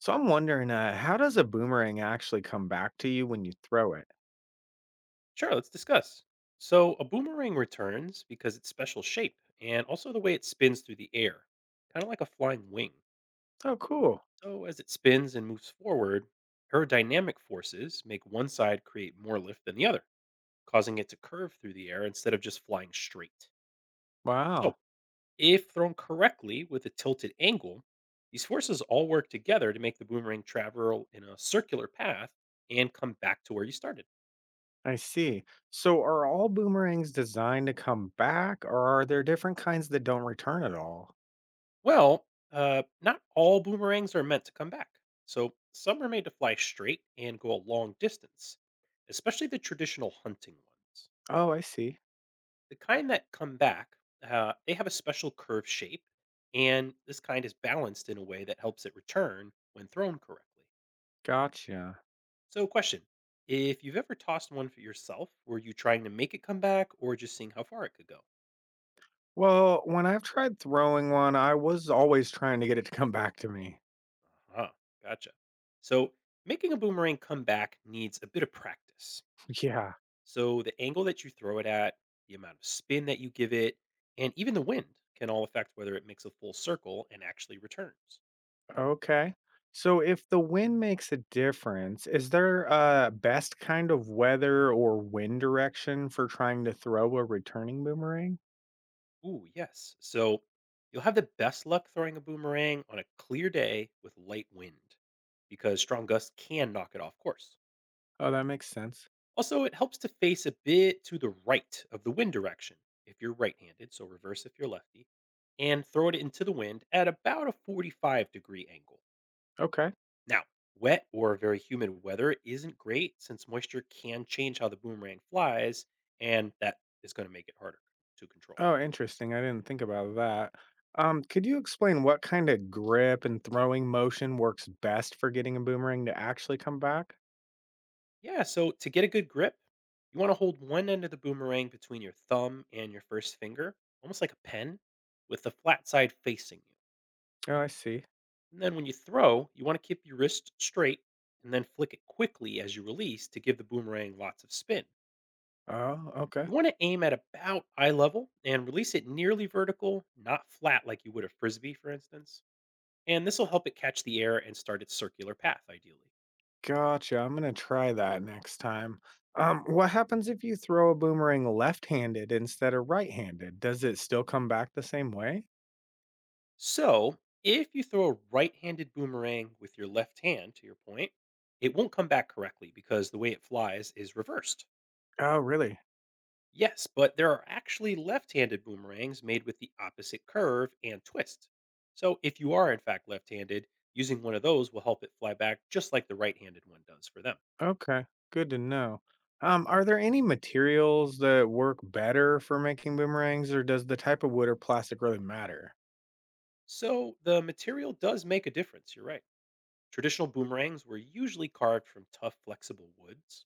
So I'm wondering, how does a boomerang actually come back to you when you throw it? Sure, let's discuss. So, a boomerang returns because its special shape and also the way it spins through the air, kind of like a flying wing. Oh, cool. So, as it spins and moves forward, aerodynamic forces make one side create more lift than the other, causing it to curve through the air instead of just flying straight. So, Wow. if thrown correctly with a tilted angle, these forces all work together to make the boomerang travel in a circular path and come back to where you started. I see. So are all boomerangs designed to come back, or are there different kinds that don't return at all? Well, not all boomerangs are meant to come back. So some are made to fly straight and go a long distance, especially the traditional hunting ones. Oh, I see. The kind that come back, they have a special curved shape, and this kind is balanced in a way that helps it return when thrown correctly. Gotcha. So, question. If you've ever tossed one for yourself, were you trying to make it come back or just seeing how far it could go? Well, when I've tried throwing one, I was always trying to get it to come back to me. Uh huh, gotcha. So, making a boomerang come back needs a bit of practice. Yeah. So the angle that you throw it at, the amount of spin that you give it, and even the wind can all affect whether it makes a full circle and actually returns. Okay. So if the wind makes a difference, is there a best kind of weather or wind direction for trying to throw a returning boomerang? Ooh, yes. So you'll have the best luck throwing a boomerang on a clear day with light wind because strong gusts can knock it off course. Oh, that makes sense. Also, it helps to face a bit to the right of the wind direction if you're right handed, so reverse if you're lefty, and throw it into the wind at about a 45-degree angle. Okay. Now, wet or very humid weather isn't great since moisture can change how the boomerang flies, and that is going to make it harder to control. Oh, interesting. I didn't think about that. Could you explain what kind of grip and throwing motion works best for getting a boomerang to actually come back? Yeah, so to get a good grip, you want to hold one end of the boomerang between your thumb and your first finger, almost like a pen, with the flat side facing you. Oh, I see. And then when you throw, you want to keep your wrist straight and then flick it quickly as you release to give the boomerang lots of spin. Oh, okay. You want to aim at about eye level and release it nearly vertical, not flat like you would a frisbee, for instance. And this will help it catch the air and start its circular path, ideally. Gotcha. I'm gonna try that next time. What happens if you throw a boomerang left-handed instead of right-handed? Does it still come back the same way? So, if you throw a right handed boomerang with your left hand, to your point, it won't come back correctly because the way it flies is reversed. Oh, really? Yes, but there are actually left handed boomerangs made with the opposite curve and twist. So, if you are in fact left handed, using one of those will help it fly back just like the right handed one does for them. Okay, good to know. Are there any materials that work better for making boomerangs, or does the type of wood or plastic really matter? So the material does make a difference. You're right. Traditional boomerangs were usually carved from tough, flexible woods.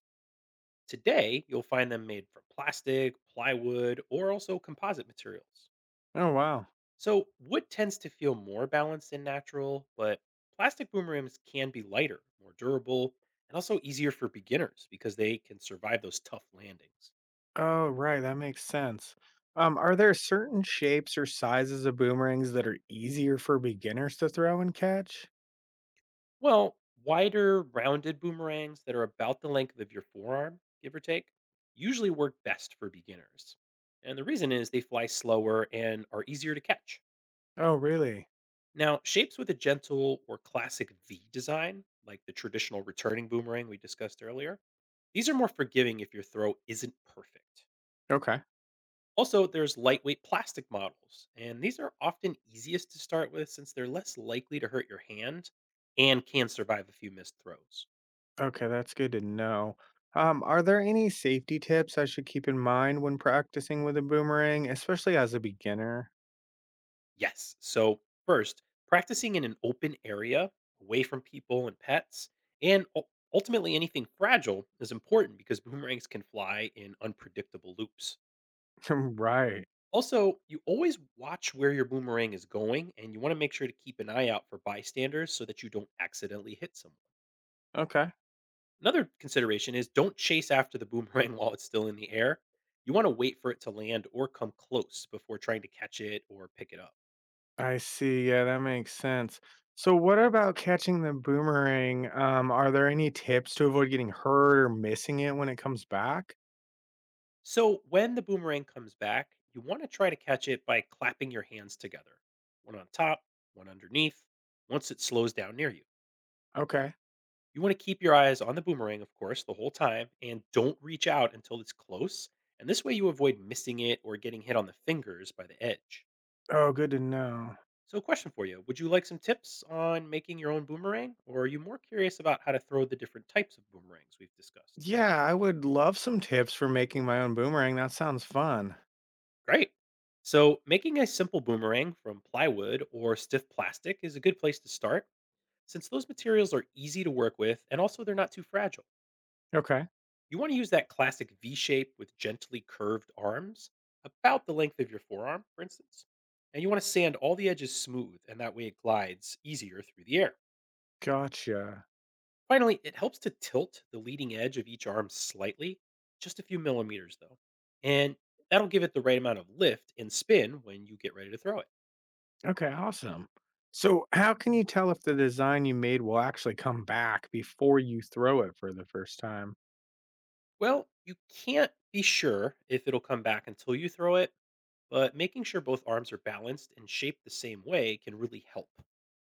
Today, you'll find them made from plastic, plywood, or also composite materials. Oh, wow. So wood tends to feel more balanced and natural, but plastic boomerangs can be lighter, more durable, and also easier for beginners because they can survive those tough landings. Oh, right, that makes sense. Are there certain shapes or sizes of boomerangs that are easier for beginners to throw and catch? Well, wider, rounded boomerangs that are about the length of your forearm, give or take, usually work best for beginners. And the reason is they fly slower and are easier to catch. Oh, really? Now, shapes with a gentle or classic V design, like the traditional returning boomerang we discussed earlier, these are more forgiving if your throw isn't perfect. Okay. Also, there's lightweight plastic models, and these are often easiest to start with since they're less likely to hurt your hand and can survive a few missed throws. Okay, that's good to know. Are there any safety tips I should keep in mind when practicing with a boomerang, especially as a beginner? Yes. So, first, practicing in an open area away from people and pets, and ultimately anything fragile, is important because boomerangs can fly in unpredictable loops. Right. Also, you always watch where your boomerang is going, and you want to make sure to keep an eye out for bystanders so that you don't accidentally hit someone. Okay. Another consideration is don't chase after the boomerang while it's still in the air. You want to wait for it to land or come close before trying to catch it or pick it up. I see. Yeah, that makes sense. So, what about catching the boomerang? Are there any tips to avoid getting hurt or missing it when it comes back? So when the boomerang comes back, you want to try to catch it by clapping your hands together, one on top, one underneath, once it slows down near you. Okay. You want to keep your eyes on the boomerang, of course, the whole time, and don't reach out until it's close. And this way you avoid missing it or getting hit on the fingers by the edge. Oh, good to know. So, question for you. Would you like some tips on making your own boomerang, or are you more curious about how to throw the different types of boomerangs we've discussed? Yeah, I would love some tips for making my own boomerang. That sounds fun. Great. So, making a simple boomerang from plywood or stiff plastic is a good place to start since those materials are easy to work with and also they're not too fragile. Okay. You want to use that classic V shape with gently curved arms, about the length of your forearm, for instance. And you want to sand all the edges smooth, and that way it glides easier through the air. Gotcha. Finally, it helps to tilt the leading edge of each arm slightly, just a few millimeters though. And that'll give it the right amount of lift and spin when you get ready to throw it. Okay, awesome. So, how can you tell if the design you made will actually come back before you throw it for the first time? Well, you can't be sure if it'll come back until you throw it, but making sure both arms are balanced and shaped the same way can really help.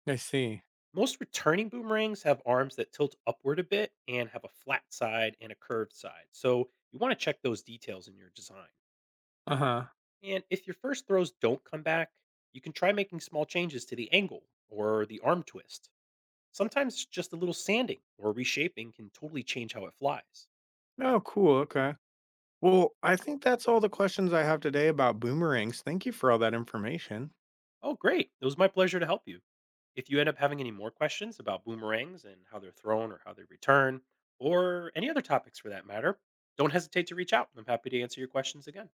I see. Most returning boomerangs have arms that tilt upward a bit and have a flat side and a curved side, so you want to check those details in your design. Uh huh. And if your first throws don't come back, you can try making small changes to the angle or the arm twist. Sometimes just a little sanding or reshaping can totally change how it flies. Oh, cool. Okay. Well, I think that's all the questions I have today about boomerangs. Thank you for all that information. Oh, great. It was my pleasure to help you. If you end up having any more questions about boomerangs and how they're thrown or how they return, or any other topics for that matter, don't hesitate to reach out. I'm happy to answer your questions again.